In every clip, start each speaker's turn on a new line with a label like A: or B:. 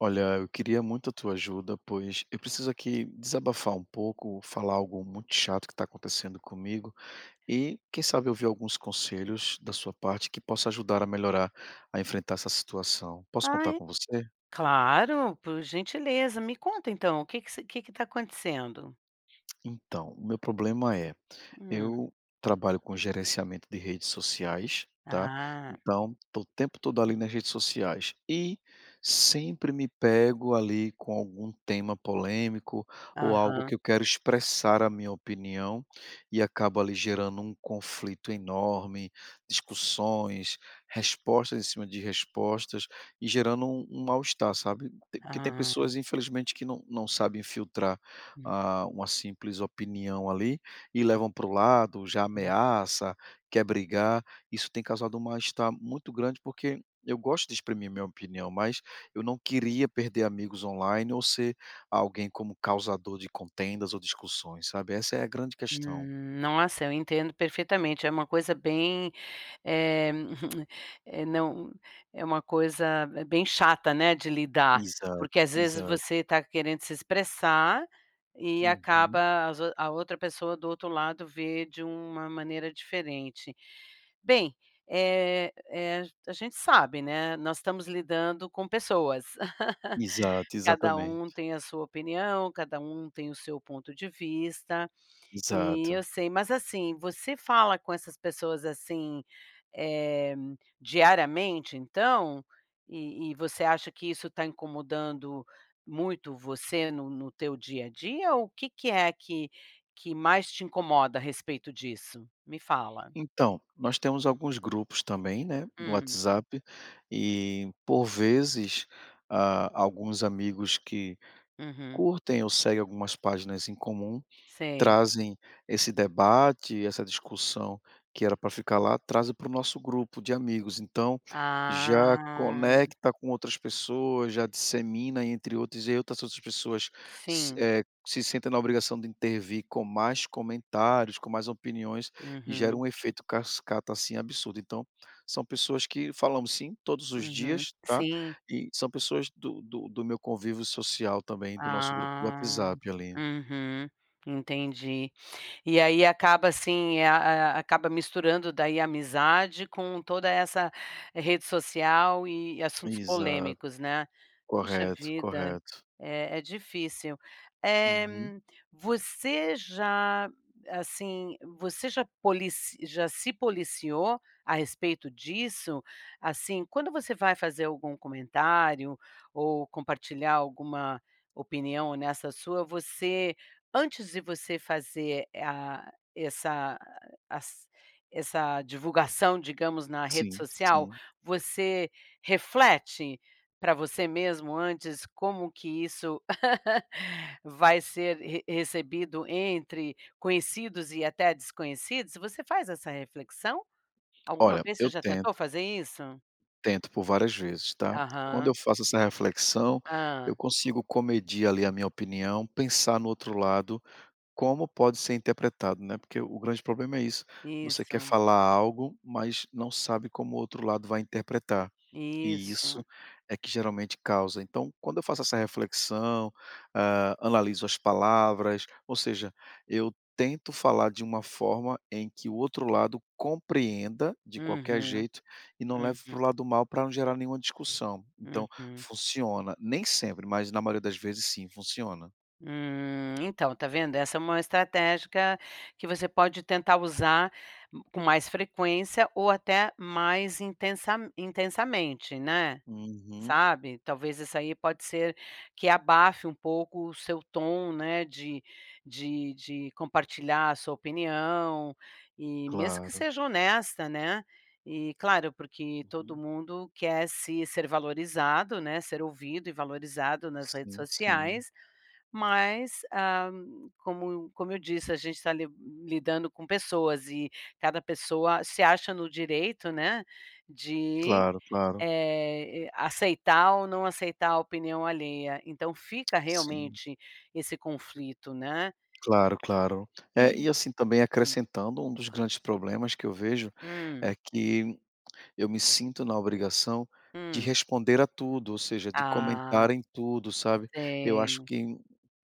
A: Olha, eu queria muito a tua ajuda, pois eu preciso aqui desabafar um pouco, falar algo muito chato que está acontecendo comigo e, quem sabe, ouvir alguns conselhos da sua parte que possa ajudar a melhorar, a enfrentar essa situação. Posso
B: Ah,
A: contar
B: é?
A: com você?
B: Claro, por gentileza. Me conta então, o que que se que que tá acontecendo?
A: Então, o meu problema é,
B: Hum.
A: eu trabalho com gerenciamento de redes sociais, tá?
B: Ah,
A: Então, tô o tempo todo ali nas redes sociais e sempre me pego ali com algum tema polêmico ou algo
B: aham,
A: que eu quero expressar a minha opinião e acabo ali gerando um conflito enorme, discussões, respostas em cima de respostas e gerando um mal-estar, sabe? Porque tem
B: ah.
A: pessoas, infelizmente, que não sabem filtrar uma simples opinião ali e levam para o lado, já
B: Uhum.
A: ameaça, quer brigar. Isso tem causado um mal-estar muito grande, porque eu gosto de exprimir minha opinião, mas eu não queria perder amigos online ou ser alguém como causador de contendas ou discussões, sabe? Essa é a grande questão.
B: Nossa, eu entendo perfeitamente, é uma coisa bem é eh, não é uma coisa bem chata, né, de lidar,
A: Exato,
B: porque às vezes
A: exato.
B: você está querendo se expressar e
A: Uhum.
B: acaba as o a outra pessoa do outro lado vê de uma maneira diferente. Bem, a gente sabe, né, nós estamos lidando com pessoas.
A: Exato,
B: Cada um
A: exatamente.
B: tem a sua opinião, cada um tem o seu ponto de vista. E eu
A: Exato.
B: sei, mas assim, você fala com essas pessoas, assim, eh, diariamente então? E você acha que isso está incomodando muito você no teu dia a dia? Ou o que que mais te incomoda a respeito disso? Me fala.
A: Então, nós temos alguns grupos também, né, no
B: Hum,
A: WhatsApp e por vezes, ah, alguns amigos que
B: uhum,
A: curtem ou seguem algumas páginas em comum.
B: sei.
A: Trazem esse debate, essa discussão que era para ficar lá, trazem para o nosso grupo de amigos, então, já
B: Ah,
A: conecta com outras pessoas, já dissemina entre outros e outras pessoas se
B: sim.
A: se sentem na obrigação de intervir com mais comentários, com mais opiniões e gera
B: Uhum,
A: um efeito cascata, assim, absurdo. Então, são pessoas que falamos sim todos os
B: uhum.
A: dias, tá,
B: Sim.
A: e são pessoas do meu convívio social também, do nosso grupo do
B: Ah.
A: WhatsApp ali.
B: Uhum, entendi. E aí acaba assim, é, a acaba misturando daí a amizade com toda essa rede social e assuntos
A: Exato.
B: polêmicos, né. Puxa
A: Correto,
B: vida,
A: correto.
B: é difícil. Eh,
A: Uhum.
B: você já, assim, você já polici já se policiou a respeito disso? Assim, quando você vai fazer algum comentário ou compartilhar alguma opinião nessa sua, você Antes de você fazer eh, a essa as essa divulgação, digamos, na rede
A: Sim,
B: social,
A: sim.
B: você reflete para você mesmo antes como que isso vai ser re recebido entre conhecidos e até desconhecidos? Você faz essa reflexão? Alguma
A: Olha,
B: vez você
A: eu
B: já tentou
A: tento,
B: fazer isso?
A: tento por várias vezes, tá. Quando eu
B: Aham.
A: faço essa reflexão, eu
B: Hã.
A: consigo comedir ali a minha opinião, pensar no outro lado, como pode ser interpretado, né, porque o grande problema é isso, você quer
B: Isso,
A: falar algo, mas não sabe como o outro lado vai interpretar. E
B: isso.
A: isso é que geralmente causa. Então, quando eu faço essa reflexão, analiso as palavras, ou seja, eu tento falar de uma forma em que o outro lado compreenda de qualquer
B: Uhum,
A: jeito e não leve para o
B: uhum,
A: lado mal para não gerar nenhuma discussão. Então,
B: uhum.
A: funciona. Nem sempre, mas na maioria das vezes sim, funciona.
B: Então, tá vendo? Essa é uma estratégia que você pode tentar usar com mais frequência ou até mais intensamente, né,
A: Uhum,
B: sabe? Talvez isso aí pode ser que abafe um pouco o seu tom, né, de compartilhar a sua opinião e mesmo que
A: claro.
B: seja honesta, né, e claro, porque todo
A: Uhum.
B: mundo quer se ser valorizado, né, ser ouvido e valorizado nas redes
A: Sim, sim.
B: sociais, mas, ah, como eu disse, a gente está lidando com pessoas e cada pessoa se acha no direito, né, de,
A: Claro, claro.
B: aceitar ou não aceitar a opinião alheia. Então fica
A: Sim.
B: realmente esse conflito, né.
A: Claro, claro.
B: E
A: É, e assim, também
B: hum,
A: acrescentando, um dos grandes problemas que eu vejo é
B: hum,
A: que eu me sinto na obrigação de
B: hum.
A: responder a tudo, ou seja, de
B: Ah,
A: comentar em tudo, sabe. Eu acho
B: sei.
A: que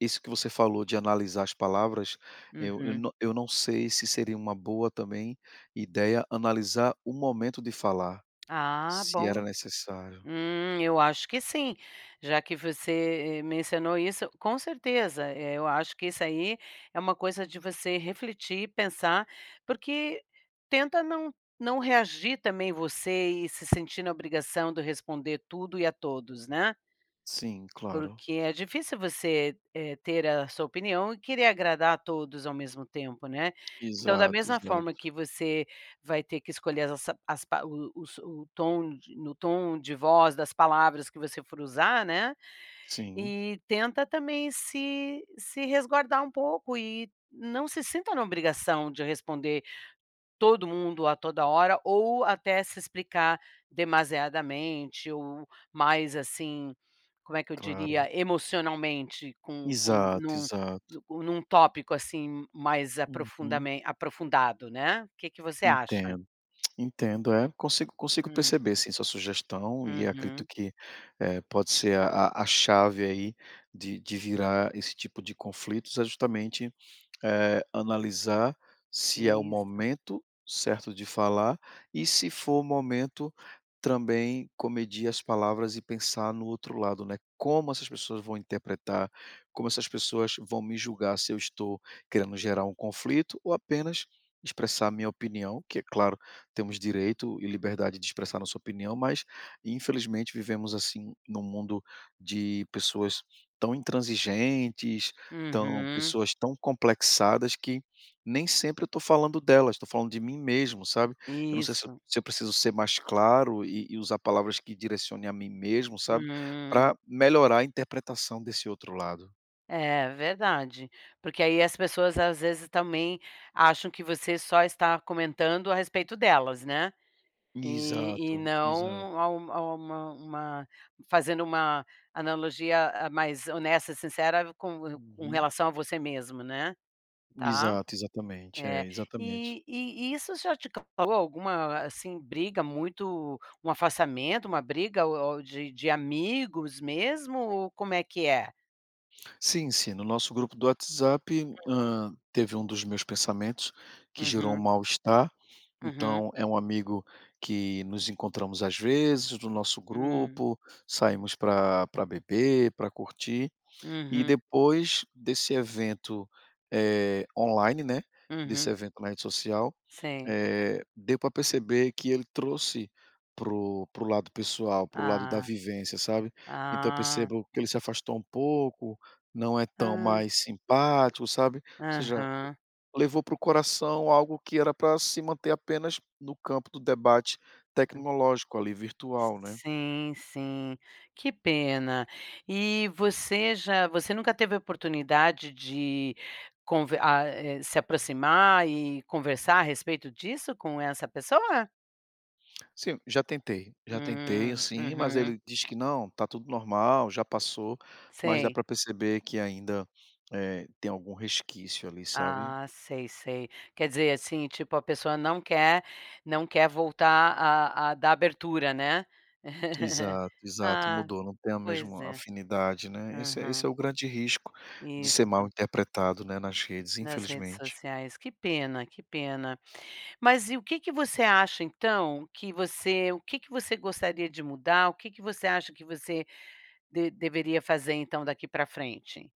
A: isso que você falou de analisar as palavras, eu eu
B: Uhum.
A: não eu não sei se seria uma boa também ideia analisar o momento de falar,
B: Ah,
A: se era
B: bom.
A: necessário.
B: Eu acho que sim, já que você mencionou isso, com certeza, eu acho que isso aí é uma coisa de você refletir, pensar, porque tenta não reagir também você e se sentir na obrigação de responder tudo e a todos, né?
A: Sim, claro.
B: Porque é difícil você, ter a sua opinião e querer agradar a todos ao mesmo tempo, né. Então, da
A: Exato,
B: mesma
A: exato.
B: forma que você vai ter que escolher as as pa o os o tom de no tom de voz das palavras que você for usar, né,
A: Sim,
B: e tenta também se se resguardar um pouco e não se sinta na obrigação de responder todo mundo a toda hora, ou até se explicar demasiadamente, ou mais assim, como é que eu
A: claro.
B: diria, emocionalmente com
A: Exato, exato.
B: num tópico, assim, mais
A: Uhum,
B: aprofundamen aprofundado, né. O que que você acha?
A: entendo. Entendo, é. Consigo
B: Hum.
A: perceber sim sua sugestão e acredito
B: Uhum.
A: que, pode ser a a chave aí de virar esse tipo de conflitos é justamente analisar se é o
B: Isso.
A: momento certo de falar e se for o momento também comedir as palavras e pensar no outro lado, né, como essas pessoas vão interpretar, como essas pessoas vão me julgar se eu estou querendo gerar um conflito ou apenas expressar a minha opinião, que é claro, temos direito e liberdade de expressar nossa opinião, mas infelizmente vivemos assim num mundo de pessoas tão intransigentes, então,
B: Uhum.
A: pessoas tão complexadas que nem sempre eu estou falando delas, estou falando de mim mesmo, sabe. Eu não sei se eu
B: Isso.
A: se eu preciso ser mais claro e usar palavras que direcione a mim mesmo, sabe,
B: Hum.
A: para melhorar a interpretação desse outro lado.
B: É, verdade. Porque aí as pessoas, às vezes, também acham que você só está comentando a respeito delas, né. E
A: Exato,
B: não
A: exato.
B: a um a uma fazendo uma analogia, ah, mais honesta, sincera com
A: Uhum.
B: relação a você mesmo, né, tá.
A: Exato, exatamente. É,
B: É.
A: exatamente.
B: E isso já te causou alguma, assim, briga muito um afastamento, uma briga ou de amigos mesmo ou como é que é?
A: Sim, sim. No nosso grupo do WhatsApp, teve um dos meus pensamentos que gerou um
B: Uhum,
A: mal-estar.
B: uhum,
A: Então, é um amigo que nos encontramos às vezes no nosso
B: hum,
A: grupo, saímos para beber, para curtir. E
B: uhum,
A: depois desse evento, online, né,
B: uhum,
A: desse evento na rede social,
B: sim.
A: deu para perceber que ele trouxe pro lado pessoal, pro lado da
B: Ah,
A: vivência, sabe. Então eu
B: ah,
A: percebo que ele se afastou um pouco, não é tão
B: ah,
A: mais simpático, sabe. Ou seja,
B: aham.
A: levou para o coração algo que era para se manter apenas no campo do debate tecnológico ali, virtual, né.
B: Sim, sim. Que pena. E você já você nunca teve a oportunidade de se aproximar e conversar a respeito disso com essa pessoa?
A: Sim, já tentei assim, mas
B: Uhum.
A: ele diz que: "Não, tá tudo normal, já passou", mas dá
B: Sei.
A: para perceber que ainda, tem algum resquício ali, sabe.
B: Ah, sei, sei. Quer dizer, assim, tipo, a pessoa não quer voltar a dar abertura, né?
A: Exato, exato,
B: Ah,
A: mudou, não tem a
B: pois
A: mesma
B: é.
A: afinidade, né. Esse é esse
B: Aham.
A: é o grande risco de ser
B: Isso,
A: mal interpretado, né, nas redes,
B: nas redes
A: infelizmente.
B: sociais. Que pena, que pena. Mas e o que que você acha então que você gostaria de mudar? O que que você acha que você de deveria fazer então daqui para frente?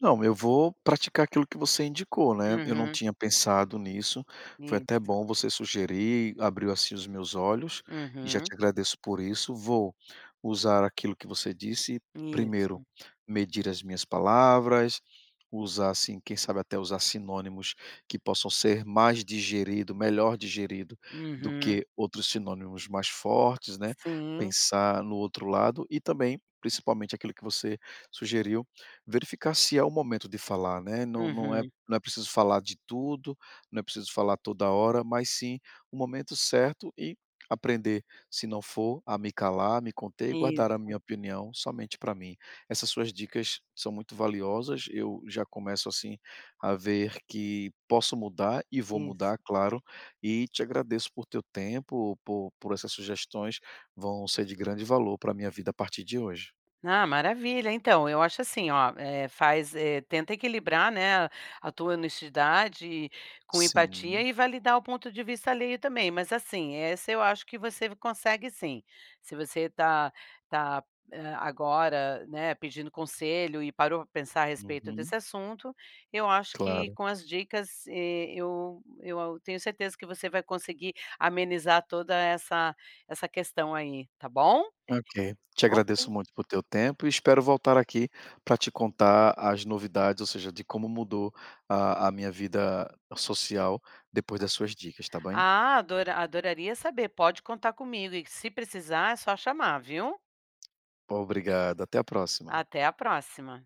A: Não, eu vou praticar aquilo que você indicou, né, eu não
B: Uhum,
A: tinha pensado nisso, foi até
B: isso.
A: bom você sugerir, abriu, assim, os meus olhos, e já te
B: Uhum,
A: agradeço por isso, vou usar aquilo que você disse, primeiro,
B: isso.
A: medir as minhas palavras, usar, assim, quem sabe até usar sinônimos que possam ser mais digerido, melhor digerido, do
B: Uhum,
A: que outros sinônimos mais fortes, né,
B: sim.
A: pensar no outro lado e também, principalmente aquilo que você sugeriu. Verificar se é o momento de falar, né, não é
B: Uhum,
A: não é preciso falar de tudo, não é preciso falar toda hora, mas sim o momento certo e aprender, se não for, a me calar, me conter e guardar a
B: isso,
A: minha opinião somente para mim. Essas suas dicas são muito valiosas, eu já começo, assim, a ver que posso mudar e vou
B: isso.
A: mudar, claro, e te agradeço por teu tempo, por essas sugestões, vão ser de grande valor para a minha vida a partir de hoje.
B: Ah, maravilha. Então, eu acho assim, ó, tenta equilibrar, né, a tua honestidade com empatia
A: Sim.
B: e validar o ponto de vista alheio também, mas assim, essa eu acho que você consegue sim. Se você tá, agora, né, pedindo conselho e parou para pensar a respeito
A: Uhum.
B: desse assunto, eu acho que
A: Claro.
B: com as dicas, eu tenho certeza que você vai conseguir amenizar toda essa questão aí, tá bom?
A: Ok. Te agradeço
B: Ok.
A: muito pelo teu tempo e espero voltar aqui para te contar as novidades, ou seja, de como mudou a minha vida social depois das suas dicas, tá bem?
B: Ah, adoraria saber, pode contar comigo e se precisar é só chamar, viu.
A: Obrigado, até a próxima.
B: Até a próxima.